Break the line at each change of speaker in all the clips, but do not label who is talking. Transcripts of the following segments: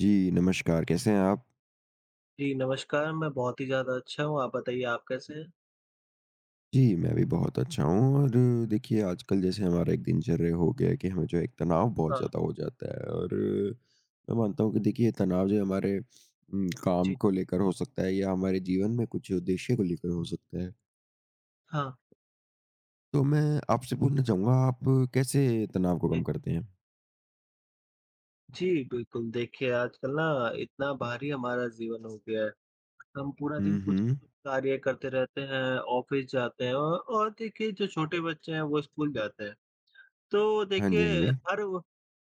जी, नमस्कार, कैसे हैं आप?
जी, नमस्कार, मैं बहुत ही ज़्यादा अच्छा हूँ, आप बताइए आप कैसे हैं?
जी, मैं भी बहुत अच्छा हूँ और देखिए आजकल जैसे हमारा एक दिनचर्या हो गया है कि हमें जो है एक तनाव बहुत
हाँ,
ज़्यादा हो जाता है और मैं मानता हूँ कि देखिए ये तनाव जो है हमारे काम
जी।
को लेकर हो सकता है या हमारे जीवन में कुछ उद्देश्य को लेकर हो सकता है।
हाँ,
तो मैं आपसे पूछना चाहूँगा आप कैसे तनाव को
जी।
कम करते हैं?
जी, बिल्कुल, देखिए आजकल ना इतना भारी हमारा जीवन हो गया है, हम पूरा दिन
हुँ,
कुछ ना
हुँ।
कुछ कार्य करते रहते हैं, ऑफ़िस जाते हैं और देखिए जो छोटे बच्चे हैं वो स्कूल जाते हैं। तो
हाँ जी,
देखिए
हाँ जी।
हर व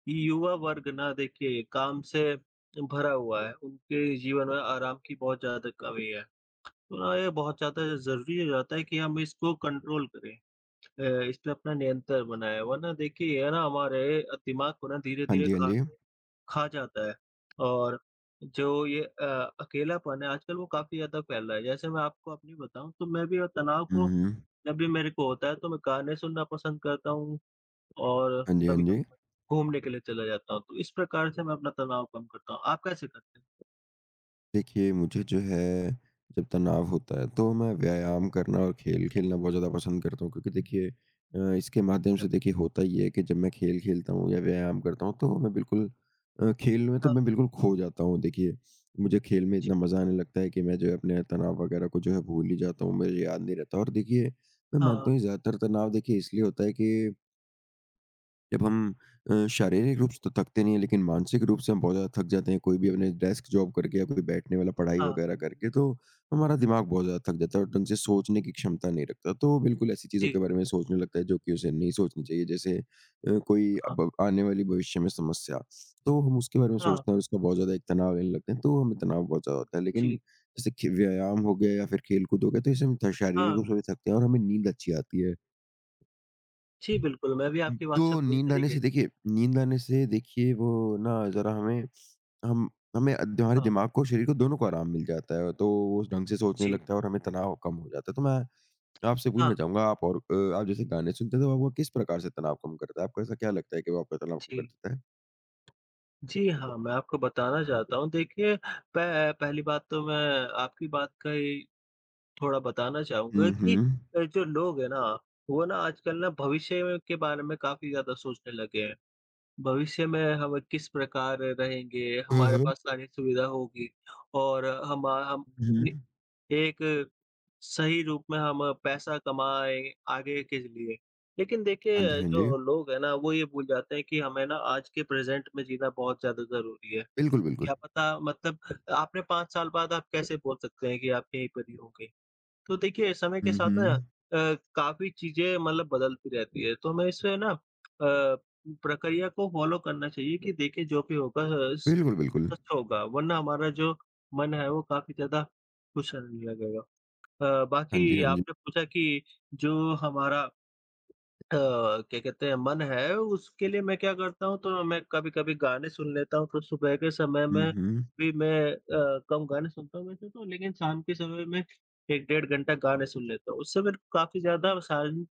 युवा वर्ग ना देखिए काम से भरा हुआ है, उनके जीवन में आराम की बहुत ज़्यादा कमी है। तो ना ये बहुत ज़्यादा ज़रूरी हो जाता है कि हम इसको कंट्रोल करें। अ, इस पे अपना नियंत्रण बनाए, वरना देखिए है ना हमारे दिमाग को ना
हाँ
धीरे-धीरे
जी, हाँ
खा
जी। हुँ,
खा जाता है और जो ये अकेलापन है आजकल वो काफ़ी ज़्यादा फैल रहा है। जैसे मैं आपको अपनी बताऊँ तो मैं भी तनाव को
हुँ।
जब भी मेरे को होता है तो मैं गाने सुनना पसंद करता हूँ और
हाँ जी, हाँ जी।
कभी-कभार घूमने के लिए चला जाता हूँ। तो इस प्रकार से मैं अपना तनाव कम करता हूँ। आप कैसे करते हैं?
देखिए, मुझे जो है जब तनाव होता है तो मैं व्यायाम करना और खेल खेलना बहुत ज़्यादा पसंद करता हूँ क्योंकि देखिए इसके माध्यम
अच्छा,
से देखिए होता ये है कि जब मैं खेल खेलता हूँ या व्यायाम करता हूँ तो मैं बिल्कुल खेल में तो
हाँ,
मैं बिल्कुल खो जाता हूँ। देखिए, मुझे खेल में
जी,
इतना मज़ा आने लगता है कि मैं जो है अपने तनाव वगैरह को जो है भूल ही जाता हूँ, मुझे याद नहीं रहता और देखिए, मैं
हाँ,
मानता हूँ ये ज़्यादातर तनाव देखिए इसलिए होता है कि जब हम शारीरिक रूप
जी,
से तो थकते नहीं हैं, लेकिन मानसिक रूप से हम बहुत ज़्यादा थक जाते हैं। कोई भी अपने डेस्क जॉब करके या कोई बैठने वाला पढ़ाई
हाँ,
वगैरह करके, तो हमारा दिमाग बहुत ज़्यादा थक जाता है और ढंग से सोचने की क्षमता नहीं रखता। तो बिल्कुल ऐसी चीज़ों के
जी,
बारे में सोचने लगता है, जो कि उसे नहीं सोचनी चाहिए। जैसे कोई
हाँ,
अब आने वाली भविष्य में समस्या, तो हम उसके बारे में
हाँ,
सोचते हैं और उसका बहुत ज़्यादा एक तनाव लेने लगते हैं, तो हमें तनाव बहुत ज़्यादा होता है। लेकिन
जी,
जैसे खे व्यायाम हो गया या फिर खेल-कूद हो गया, तो इससे हम थ शारीरिक
हाँ।
रूप से भी थकते हैं और हमें नींद अच्छी आती है।
जी, बिल्कुल, मैं भी आपकी बात से
तो
पूरी
नींद आने
तरीके
से
से।
देखिए नींद आने से देखिए वो ना ज़रा हमें हम हमें अद हमारे
हाँ।
दिमाग को, शरीर को दोनों को आराम मिल जाता है, तो वो ढंग से सोचने
जी।
लगता है और हमें तनाव कम हो जाता है। तो मैं आपसे
हाँ,
पूछना चाहूँगा आप और आप जैसे गाने सुनते हैं, तो वो किस प्रकार से तनाव कम करता है? आपको ऐसा क्या लगता है कि वो आपका तनाव कम कर
जी।
देता है?
जी हाँ, मैं आपको बताना चाहता हूँ देखिए पह पहली बात तो मैं आपकी बात का ही थोड़ा बताना चाहूँगा
हुँ,
कि
हुँ।
जो लोग हैं ना, वो ना आजकल ना भविष्य में के बारे में काफ़ी ज़्यादा सोचने लगे हैं। भविष्य में हम किस प्रकार रहेंगे,
हुँ,
हमारे
हुँ।
पास सारी सुविधा होगी और हमा हम
हुँ।
एक सही रूप में हम पैसा कमाएँ आगे के लिए। लेकिन देखिए
हाँ जी, हाँ जी।
जो लोग हैं ना वो ये भूल जाते हैं कि हमें ना आज के प्रेज़ेंट में जीना बहुत ज़्यादा ज़रूरी है।
बिल्कुल, बिल्कुल।
क्या पता मतलब आपने 5 साल बाद आप कैसे बोल सकते हैं कि आप यहीं पर ही होंगे। तो देखिए समय के
हुँ,
साथ ना
हुँ।
काफ़ी चीज़ें मतलब बदलती रहती है। तो हमें इससे ना प्रक्रिया को फ़ॉलो करना चाहिए कि देखिए जो भी होगा अ, स
बिल्कुल, बिल्कुल।
सच होगा वरना हमारा जो मन है वो काफ़ी ज़्यादा खुश रहने लगेगा।
हाँ जी,
बाकी
हाँ जी।
आपने पूछा कि जो हमारा अ, क्या कहते हैं मन है उसके लिए मैं क्या करता हूँ तो मैं कभी-कभी गाने सुन लेता हूँ, तो सुबह के समय
हुँ,
में
हुँ।
भी मैं कम गाने सुनता हूँ वैसे तो लेकिन शाम के समय में 1 डेढ़ घंटा गाने सुन लेता हूँ। उससे मेरे को काफ़ी ज़्यादा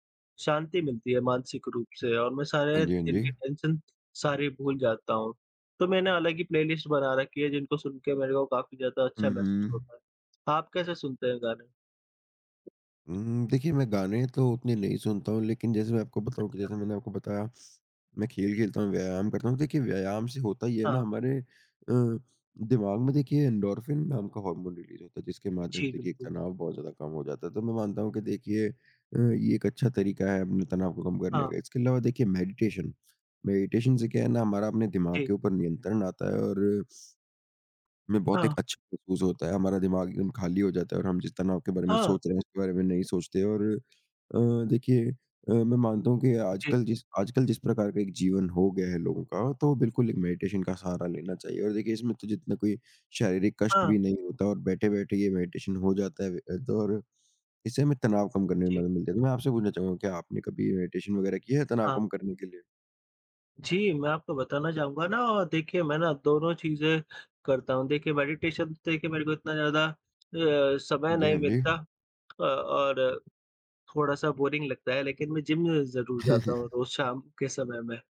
शांति मिलती है मानसिक रूप से और मैं सारे
हाँ जी, हाँ
दिन
जी।
की टेंशन सारी भूल जाता हूँ। तो मैंने अलग ही प्लेलिस्ट बना रखी है जिनको सुन के मेरे को काफ़ी ज़्यादा अच्छा
हुँ,
महसूस
हुँ।
होता है। आप कैसे सुनते हैं गाने?
देखिए मैं गाने तो उतने
जी,
नहीं सुनता हूँ, लेकिन जैसे मैं आपको बताऊँ कि
अच्छा।
जैसे मैंने आपको बताया मैं खेल खेलता हूँ, व्यायाम करता हूँ। देखिए व्यायाम से होता ये है ना
हाँ,
हमारे दिमाग में देखिए एंडोर्फिन नाम का हार्मोन रिलीज़ होता है, जिसके माध्यम से
जी,
देखिए
बिल्कुल।
तनाव बहुत ज़्यादा कम हो जाता है। तो मैं मानता हूँ कि देखिए ये एक अच्छा तरीका है अपने तनाव को कम करने
हाँ,
का। इसके अलावा देखिए मेडिटेशन, मेडिटेशन से क्या है ना हमारा अपने दिमाग
जी,
के ऊपर नियंत्रण आता है और हमें बहुत
हाँ,
एक अच्छा महसूस होता है, हमारा दिमाग एकदम खाली हो जाता है और हम जिस तनाव के बारे में
हाँ,
सोच रहे हैं, उसके बारे में नहीं सोचते और अ, देखिए मैं मानता हूँ कि
जी,
आजकल जिस प्रकार का एक जीवन हो गया है लोगों का, तो बिल्कुल एक मेडिटेशन का सहारा लेना चाहिए और देखिए इसमें तो जितना कोई शारीरिक कष्ट
हाँ,
भी नहीं होता और बैठे-बैठे ये मेडिटेशन हो जाता है और इससे हमें तनाव कम करने में
जी,
मदद मिलती है। तो मैं आपसे पूछना चाहूँगा क्या आपने कभी मेडिटेशन वगैरह किया है तनाव
हाँ।
कम करने के लिए?
जी, मैं आपको बताना चाहूँगा ना और देखिए मैं ना दोनों चीज़ें करता हूँ। देखिए मेडिटेशन तो देखिए मेरे को इतना ज़्यादा समय
हाँ जी,
नहीं
हाँ जी।
मिलता और थोड़ा-सा बोरिंग लगता है लेकिन मैं जिम ज़रूर जाता हूँ रोज़ शाम के समय में।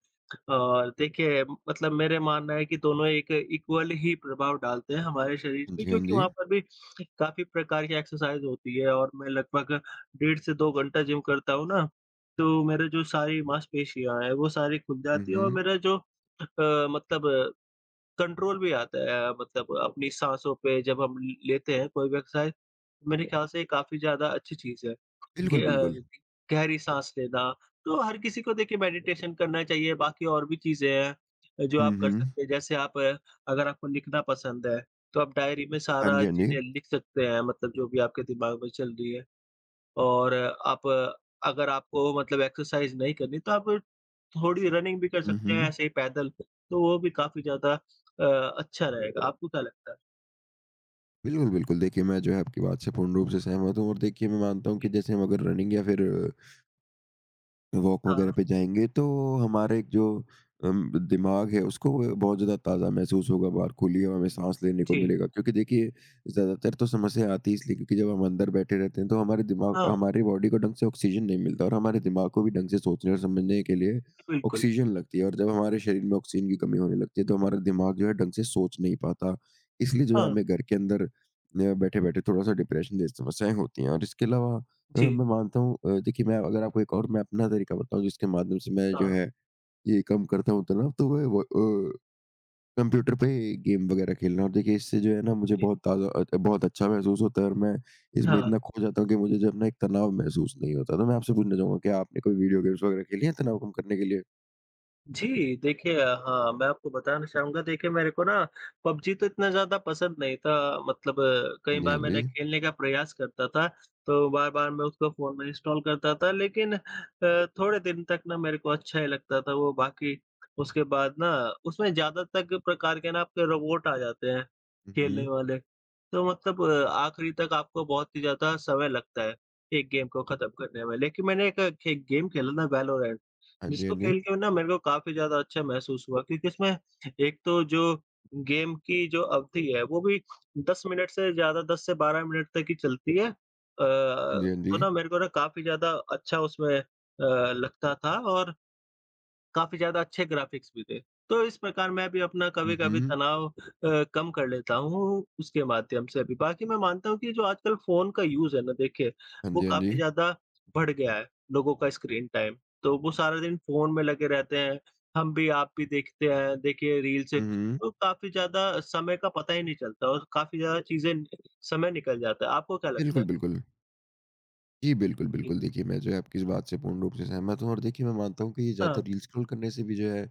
और देखिए मतलब मेरा मानना है कि दोनों एक इक्वल ही प्रभाव डालते हैं हमारे शरीर
हाँ
पे
जी, हाँ
क्योंकि
जी।
वहाँ पर भी काफ़ी प्रकार की एक्सरसाइज होती है और मैं लगभग डेढ़ से 2 घंटा जिम करता हूँ ना, तो मेरे जो सारी मांसपेशियाँ हैं वो सारी खुल
हुँ,
जाती है और
हुँ।
मेरा जो मतलब कंट्रोल भी आता है मतलब अपनी साँसों पे जब हम लेते हैं कोई भी एक्सरसाइज मेरे ख्याल से ये काफ़ी ज़्यादा अच्छी चीज़ है। गे
बिल्कुल,
अ,
बिल्कुल।
गहरी साँस लेना, तो हर किसी को देखिए मेडिटेशन करना चाहिए, बाकी और भी चीज़ें हैं जो
हुँ,
आप कर
हुँ।
सकते हैं। जैसे आप अगर आपको लिखना पसंद है, तो आप डायरी में
हाँ
सारा
जी, हाँ जी।
चीज़ें लिख सकते हैं मतलब जो भी आपके दिमाग में चल रही है और आप अगर आपको मतलब एक्सरसाइज़ नहीं करनी, तो आप थोड़ी रनिंग भी कर
हुँ,
सकते हैं
हुँ।
ऐसे ही पैदल, तो वो भी काफ़ी ज़्यादा अच्छा रहेगा। आपको क्या लगता है?
बिल्कुल, बिल्कुल। देखिए, मैं जो है आपकी बात से पूर्ण रूप से सहमत हूँ और देखिए मैं मानता हूँ कि
जी,
जैसे हम अगर रनिंग या फिर वॉक वगैरह
हाँ,
पे जाएँगे तो हमारा एक जो दिमाग है उसको वो बहुत ज़्यादा ताज़ा महसूस होगा, बाहर खुली हवा में साँस लेने को
जी,
मिलेगा। क्योंकि देखिए ज़्यादातर तो समस्या आती है इसलिए क्योंकि जब हम अंदर बैठे रहते हैं तो हमारे दिमाग
हाँ,
हमारी बॉडी को ढंग से ऑक्सीजन नहीं मिलता और हमारे दिमाग को भी ढंग से सोचने और समझने के लिए
बिल्कुल।
ऑक्सीजन लगती है और जब हमारे शरीर में ऑक्सीजन की कमी होने लगती है तो हमारा दिमाग जो है ढंग से सोच नहीं पाता। इसलिए जो है
हाँ,
हमें घर के अंदर बैठे-बैठे थोड़ा-सा डिप्रेशन जैसी समस्याएँ होती हैं और इसके अलावा
जी।
मैं मानता हूँ देखिए मैं अगर आपको एक और मैं अपना तरीका बताऊँ जिसके माध्यम से मैं जो
हाँ,
है ये कम करता हूँ तनाव तो वो है वो कंप्यूटर पे गेम वगैरह खेलना और देखिए इससे जो है ना मुझे
जी।
बहुत बहुत अच्छा महसूस होता है और मैं इसमें
हाँ,
इतना खो जाता हूँ कि मुझे जो है ना एक तनाव महसूस नहीं होता। तो मैं आपसे पूछना चाहूँगा क्या आपने कोई वीडियो गेम्स वगैरह खेली हैं तनाव कम करने के लिए?
जी, देखिए हाँ, मैं आपको बताना चाहूँगा देखिए मेरे को ना पबजी तो इतना ज़्यादा पसंद नहीं था मतलब कई
हाँ जी,
बार
हाँ जी।
मैंने खेलने का प्रयास करता था, तो बार-बार मैं उसको फ़ोन में इंस्टॉल करता था लेकिन थोड़े दिन तक ना मेरे को अच्छा ही लगता था वो बाकी उसके बाद ना उसमें ज़्यादातर प्रकार के ना आपके रोबोट आ जाते हैं,
हुँ,
खेलने
हुँ।
वाले। तो मतलब आखिरी तक आपको बहुत ही ज़्यादा समय लगता है, एक गेम को खत्म करने में। लेकिन मैंने एक खे गेम खेला ना वैलोरेंट
हाँ जी,
जिसको
हाँ जी।
खेल के ना मेरे को काफ़ी ज़्यादा अच्छा महसूस हुआ क्योंकि इसमें एक तो जो गेम की जो अवधि है वो भी 10 मिनट से ज़्यादा 10 से 12 मिनट तक ही चलती है।
हाँ जी, हाँ
तो
जी।
ना मेरे को ना काफ़ी ज़्यादा अच्छा उसमें लगता था और काफ़ी ज़्यादा अच्छे ग्राफ़िक्स भी थे। तो इस प्रकार मैं भी अपना
हुँ,
कभी-कभी
हुँ।
तनाव कम कर लेता हूँ उसके माध्यम से भी। बाकी मैं मानता हूँ कि जो आजकल फ़ोन का यूज़ है ना देखिए,
हाँ
वो
जी, हाँ
काफ़ी
जी।
ज़्यादा बढ़ गया है, लोगों का स्क्रीन टाइम। तो वो सारा दिन फ़ोन में लगे रहते हैं, हम भी आप भी देखते हैं, देखिए रील्स
हुँ, हुँ।
तो काफ़ी ज़्यादा समय का पता ही नहीं चलता और काफ़ी ज़्यादा चीज़ें समय निकल जाता है। आपको क्या लगता है?
बिल्कुल, बिल्कुल। जी, बिल्कुल,
जी।
बिल्कुल। देखिए, मैं जो है आपकी इस बात से पूर्ण रूप से सहमत हूँ और देखिए मैं मानता हूँ कि ये
हाँ,
ज़्यादा रील स्क्रॉल करने से भी जो है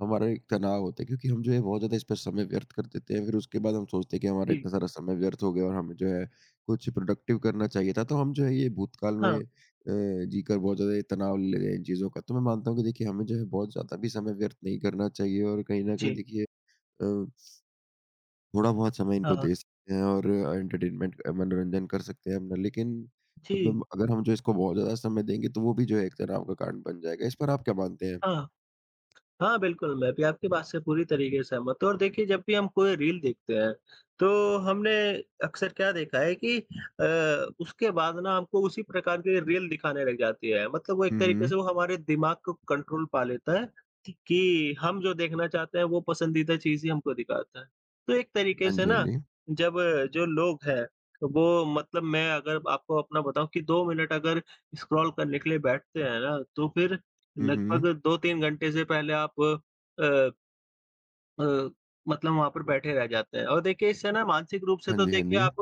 हमारा एक तनाव होता है क्योंकि हम जो है बहुत ज़्यादा इस पर समय व्यर्थ कर देते हैं। फिर उसके बाद हम सोचते हैं कि हमारा
जी।
इतना सारा समय व्यर्थ हो गया और हमें जो है कुछ प्रोडक्टिव करना चाहिए था। तो हम जो है ये भूतकाल में
हाँ,
जीकर बहुत ज़्यादा ये तनाव ले रहे हैं इन चीज़ों का। तो मैं मानता हूँ कि देखिए हमें जो है बहुत ज़्यादा भी समय व्यर्थ नहीं करना चाहिए और कहीं न कहीं
जी।
देखिए अ थोड़ा बहुत समय इनको
हाँ,
दे सकते हैं और एंटरटेनमेंट मनोरंजन कर सकते हैं अपना। लेकिन
जी।
मतलब अगर हम जो इसको बहुत ज़्यादा समय देंगे तो वो भी जो है एक तनाव का कारण बन जाएगा। इस पर आप क्या मानते हैं?
हाँ। हाँ, बिल्कुल, मैं भी आपकी बात से पूरी तरीके से सहमत हूँ और देखिए जब भी हम कोई रील देखते हैं, तो हमने अक्सर क्या देखा है कि उसके बाद ना हमको उसी प्रकार की रील दिखाने लग जाती है। मतलब वो एक
हुँ,
तरीके से
हुँ।
वो हमारे दिमाग को कंट्रोल पा लेता है कि हम जो देखना चाहते हैं वो पसंदीदा चीज़ ही हमको दिखाता है। तो एक तरीके
हाँ
से
जी, हाँ
ना
जी।
जब जो लोग हैं, वो मतलब मैं अगर आपको अपना बताऊँ कि 2 मिनट अगर स्क्रॉल करने के लिए बैठते हैं ना, तो फिर
हुँ, हुँ।
लगभग 2-3 घंटे से पहले आप अ, अ, मतलब वहाँ पर बैठे रह जाते हैं और देखिए इससे ना मानसिक रूप से
हाँ
तो
जी, हाँ
देखिए
जी।
आप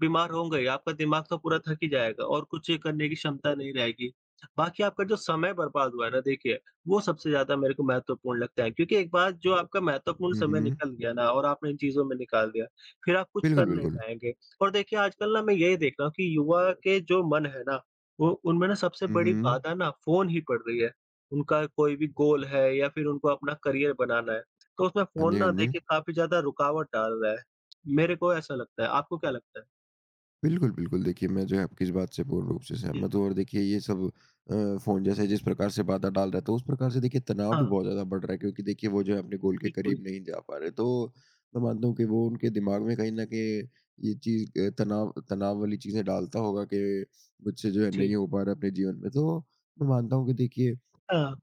बीमार होंगे ही, आपका दिमाग तो पूरा थक ही जाएगा और कुछ करने की क्षमता नहीं रहेगी। बाकी आपका जो समय बर्बाद हुआ है ना देखिए, वो सबसे ज़्यादा मेरे को महत्वपूर्ण लगता है क्योंकि एक बार जो आपका महत्वपूर्ण
हुँ,
समय
हुँ।
निकल गया ना और आपने इन चीज़ों में निकाल दिया, फिर आप कुछ कर
बिल्कुल,
नहीं
बिल्कुल।
पाएँगे। और देखिए आजकल ना मैं यही देख रहा हूँ कि युवा के जो मन है ना, वो उनमें ना सबसे
हुँ,
बड़ी
हुँ।
बाधा ना फ़ोन ही पड़ रही है। उनका कोई भी गोल है या फिर उनको अपना करियर बनाना है। तो उसमें
हाँ
फ़ोन
जी, हाँ
ना
जी।
देखिए काफ़ी ज़्यादा रुकावट डाल रहा है। मेरे को ऐसा लगता है, आपको क्या लगता है?
बिल्कुल, बिल्कुल। देखिए, मैं जो है आपकी इस बात से पूर्ण रूप से
जी,
सहमत हूँ और देखिए ये सब फ़ोन जैसे जिस प्रकार से बाधा डाल रहा था, उस प्रकार से देखिए तनाव भी
हाँ,
बहुत ज़्यादा बढ़ रहा है क्योंकि देखिए वो जो है अपने गोल के
बिल्कुल,
करीब नहीं जा पा रहे। तो मैं मानता हूँ कि वो उनके दिमाग में कहीं न कहीं ये चीज़ अ, तनाव तनाव वाली चीज़ें डालता होगा कि मुझसे जो है
जी,
नहीं हो पा रहा अपने जीवन में। तो मैं मानता हूँ कि देखिए
हाँ,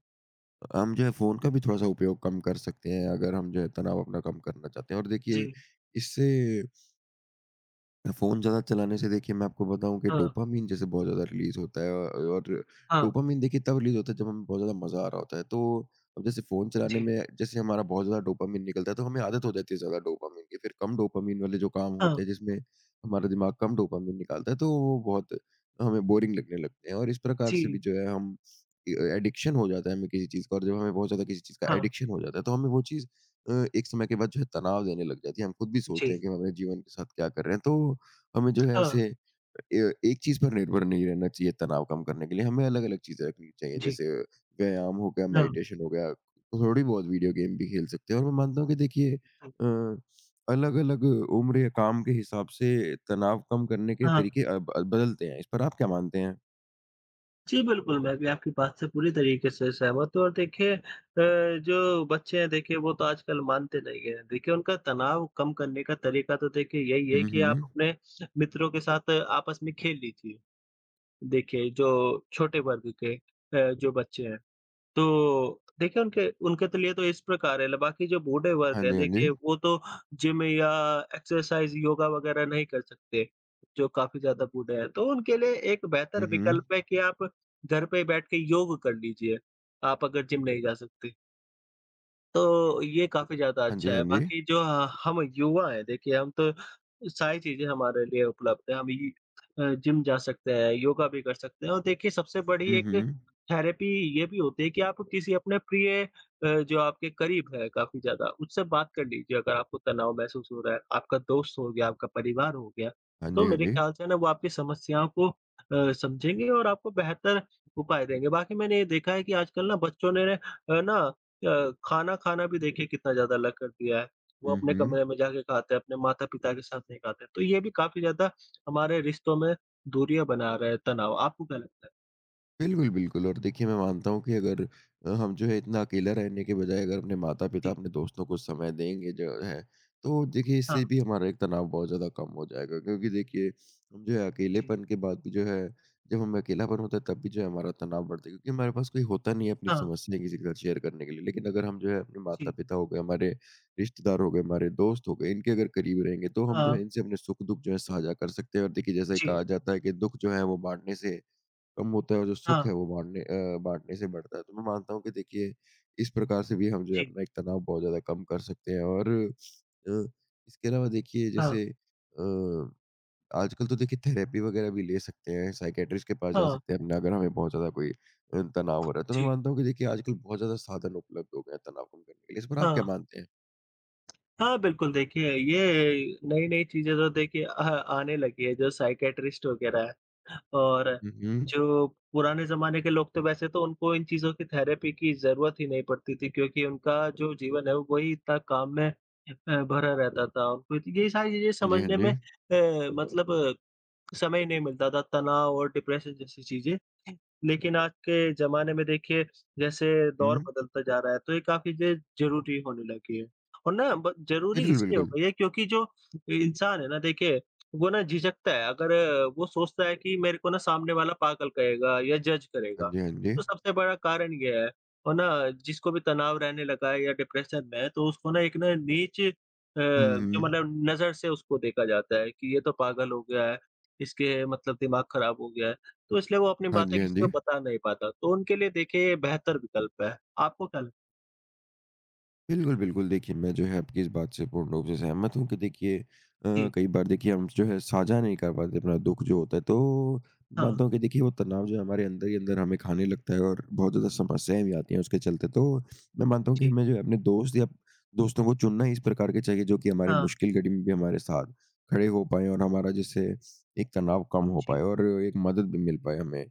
हम जो है फ़ोन का भी थोड़ा-सा उपयोग कम कर सकते हैं अगर हम जो है तनाव अपना कम करना चाहते हैं। और देखिए
जी,
इससे फ़ोन ज़्यादा चलाने से देखिए मैं आपको बताऊँ कि
हाँ,
डोपामाइन जैसे बहुत ज़्यादा रिलीज़ होता है और
हाँ,
डोपामाइन देखिए तब रिलीज़ होता है जब हमें बहुत ज़्यादा मज़ा आ रहा होता है। तो अब जैसे फ़ोन चलाने
जी,
में जैसे हमारा बहुत ज़्यादा डोपामाइन निकलता है तो हमें आदत हो जाती है ज़्यादा डोपामाइन की। फिर कम डोपामाइन वाले जो काम
हाँ,
होते हैं जिसमें हमारा दिमाग कम डोपामाइन निकालता है तो वो बहुत हमें बोरिंग लगने लगते हैं और इस प्रकार से
जी,
भी जो है हम ए एडिक्शन हो जाता है हमें किसी चीज़ का और जब हमें बहुत ज़्यादा किसी चीज़ का
हाँ,
एडिक्शन हो जाता है तो हमें वो चीज़ एक समय के बाद जो है तनाव देने लग जाती है। हम खुद भी सोचते
जी,
हैं कि हम अपने जीवन के साथ क्या कर रहे हैं। तो हमें जो है
हाँ,
ऐसे ए एक चीज़ पर निर्भर नहीं रहना चाहिए तनाव कम करने के लिए, हमें अलग-अलग चीज़ें रखनी चाहिए,
जी,
जैसे व्यायाम हो गया,
हाँ,
मेडिटेशन हो गया, थोड़ी बहुत वीडियो गेम भी खेल सकते हैं और मैं मानता हूँ कि देखिए
जी,
अलग-अलग उम्र या काम के हिसाब से तनाव कम करने के
हाँ।
तरीके अ, ब बदलते हैं। इस पर आप क्या मानते हैं?
जी, बिल्कुल, मैं भी आपकी बात से पूरी तरीके से सहमत हूँ और देखिए जो बच्चे हैं देखिए वो तो आजकल मानते नहीं हैं। देखिए उनका तनाव कम करने का तरीका तो देखिए यही है
हुँ,
कि आप
हुँ।
अपने मित्रों के साथ आपस में खेल लीजिए। देखिए, जो छोटे वर्ग के जो बच्चे हैं, तो देखिए उनके उनके तो लिए तो इस प्रकार है, ल बाकी जो बूढ़े वर्ग
हाँ
हैं
जी, हाँ
देखिए
जी।
वो तो जिम या एक्सरसाइज़ योगा वगैरह नहीं कर सकते, जो काफ़ी ज़्यादा बूढ़े हैं। तो उनके लिए एक बेहतर
हुँ, हुँ।
विकल्प है कि आप घर पे बैठ के योग कर लीजिए, आप अगर जिम नहीं जा सकते। तो ये काफ़ी ज़्यादा
हाँ जी,
अच्छा है।
हाँ जी।
बाकी जो ह हम युवा हैं देखिए हम तो सारी चीज़ें हमारे लिए उपलब्ध हैं। जिम जा सकते हैं, योगा भी कर सकते हैं और देखिए सबसे बड़ी
हुँ,
एक
हुँ।
थेरेपी ये भी होती है कि आप किसी अपने प्रिय जो आपके करीब है काफ़ी ज़्यादा, उससे बात कर लीजिए अगर आपको तनाव महसूस हो रहा है। आपका दोस्त हो गया, आपका परिवार हो गया,
हाँ
तो
जी, हाँ
मेरे
जी।
ख्याल से ना वो आपकी समस्याओं को समझेंगे और आपको बेहतर उपाय देंगे। बाकी मैंने ये देखा है कि आजकल ना बच्चों ने ना खाना खाना भी देखिए कितना ज़्यादा अलग कर दिया है। वो
हुँ,
अपने
हुँ।
कमरे में जाके खाते हैं, अपने माता-पिता के साथ नहीं खाते। तो ये भी काफ़ी ज़्यादा हमारे रिश्तों में दूरियाँ बना रहा है तनाव। आपको क्या लगता है?
बिल्कुल, बिल्कुल और देखिए मैं मानता हूँ कि अगर हम जो है इतना अकेला रहने के बजाय अगर अपने माता-पिता,
जी,
अपने दोस्तों को समय देंगे जो है, तो देखिए इससे
हाँ,
भी हमारा एक तनाव बहुत ज़्यादा कम हो जाएगा। क्योंकि देखिए हम जो है
जी,
अकेलेपन के बाद भी जो है जब हमें अकेलापन होता है तब भी जो है हमारा तनाव बढ़ता है क्योंकि हमारे पास कोई होता नहीं है अपनी
हाँ,
समस्याएँ किसी के साथ शेयर करने के लिए। लेकिन अगर हम जो है अपने
जी,
माता-पिता हो गए, हमारे रिश्तेदार हो गए, हमारे दोस्त हो गए, इनके अगर करीब रहेंगे तो हम जो
हाँ,
है इनसे अपने सुख-दुख जो है साझा कर सकते हैं। और देखिए जैसे
जी,
कहा जाता है कि दुःख जो है वो बाँटने से कम होता है और जो सुख
हाँ,
है वो बाँटने से बढ़ता है। तो मैं मानता हूँ कि देखिए इस प्रकार से भी हम जो है
जी,
अपना एक तनाव बहुत ज़्यादा कम कर सकते हैं और इसके अलावा देखिए
हाँ,
जैसे आजकल तो देखिए थेरेपी वगैरह भी ले सकते हैं, साइकियाट्रिस्ट के पास जा
हाँ,
सकते हैं अपना अगर हमें बहुत ज़्यादा कोई तनाव हो रहा है। तो मैं
जी,
मानता हूँ कि देखिए आजकल बहुत ज़्यादा साधन उपलब्ध हो गए हैं तनाव कम करने के लिए। इस पर आप क्या
हाँ।
मानते हैं?
हाँ, बिल्कुल देखिए, ये नई-नई चीज़ें तो देखिए आने लगी है जो साइकेट्रिस्ट वग़ैरह है और
हुँ, हुँ।
जो पुराने ज़माने के लोग तो वैसे तो उनको इन चीज़ों की थेरेपी की ज़रूरत ही नहीं पड़ती थी क्योंकि उनका जो जीवन है वो वही इतना काम में भरा रहता था। उनको ये सारी चीज़ें
हाँ जी, हाँ
समझने
जी।
में मतलब समय ही नहीं मिलता था तनाव और डिप्रेशन जैसी चीज़ें। लेकिन आज के ज़माने में देखिए जैसे दौर
हुँ।
बदलता जा रहा है तो ये काफ़ी चीज़ें ज़रूरी होने लगी है। और ना ब ज़रूरी
बिल्कुल,
इसलिए हो
बिल्कुल।
गई है क्योंकि जो इंसान है ना देखिए वो ना झिझकता है अगर वो सोचता है कि मेरे को ना सामने वाला पागल कहेगा या जज
हाँ
करेगा।
जी, हाँ जी।
तो सबसे बड़ा कारण ये है और ना जिसको भी तनाव रहने लगा है या डिप्रेशन में है तो उसको ना एक ना
हुँ,
जो
हुँ।
मतलब नज़र से उसको देखा जाता है कि ये तो पागल हो गया है। इसके मतलब दिमाग खराब हो गया है, तो इसलिए वो अपनी
हाँ
बातें
जी, हाँ
किसी को
जी।
बता नहीं पाता। तो उनके लिए देखिए ये बेहतर विकल्प है। आपको क्या लग
बिल्कुल, बिल्कुल। देखिए, मैं जो है आपकी इस बात से पूर्ण रूप से सहमत हूँ कि देखिए
जी,
कई बार देखिए हम जो है साझा नहीं कर पाते अपना दुःख जो होता है, तो
हाँ,
मानता हूँ कि देखिए वो तनाव जो है हमारे अंदर ही अंदर हमें खाने लगता है और बहुत ज़्यादा समस्याएँ भी आती हैं उसके चलते। तो मैं मानता हूँ कि
जी,
हमें जो है अपने दोस्तों को चुनना ही इस प्रकार के चाहिए जो कि हमारे
हाँ,
मुश्किल घड़ी में भी हमारे साथ खड़े हो पाएँ और हमारा जैसे एक तनाव कम हो
जी,
पाए और एक मदद भी मिल पाए हमें।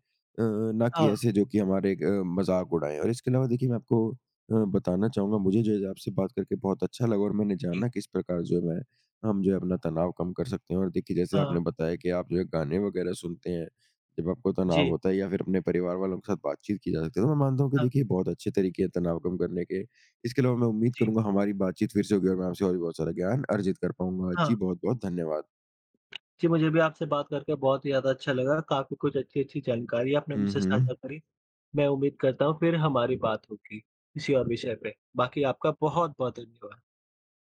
ना कि
हाँ,
ऐसे जो कि हमारे मज़ाक उड़ाएँ और इसके अलावा देखिए मैं आपको बताना चाहूँगा मुझे जो है आपसे बात करके बहुत अच्छा लगा और मैंने
जी,
जाना किस प्रकार जो है मैं हम जो है अपना तनाव कम कर सकते हैं। और देखिए जैसे
हाँ,
आपने बताया कि आप जो है गाने वगैरह सुनते हैं, जब आपको तनाव
जी,
होता है या फिर अपने परिवार वालों के साथ बातचीत की जा सकती है। तो मैं मानता हूँ कि
हाँ,
देखिए बहुत अच्छे तरीके हैं तनाव कम करने के। इसके अलावा मैं उम्मीद
जी,
करूँगा हमारी बातचीत फिर से होगी और मैं आपसे और भी बहुत सारा ज्ञान अर्जित कर पाऊँगा।
हाँ।
जी बहुत-बहुत धन्यवाद।
जी, मुझे भी आपसे बात करके बहुत ही ज़्यादा अच्छा लगा। काफ़ी कुछ अच्छी-अच्छी जानकारी आपने
हुँ,
मुझसे
हुँ।
साझा करी। मैं उम्मीद करता हूँ फिर हमारी बात होगी, किसी और विषय पे। बाकी आपका बहुत-बहुत धन्यवाद।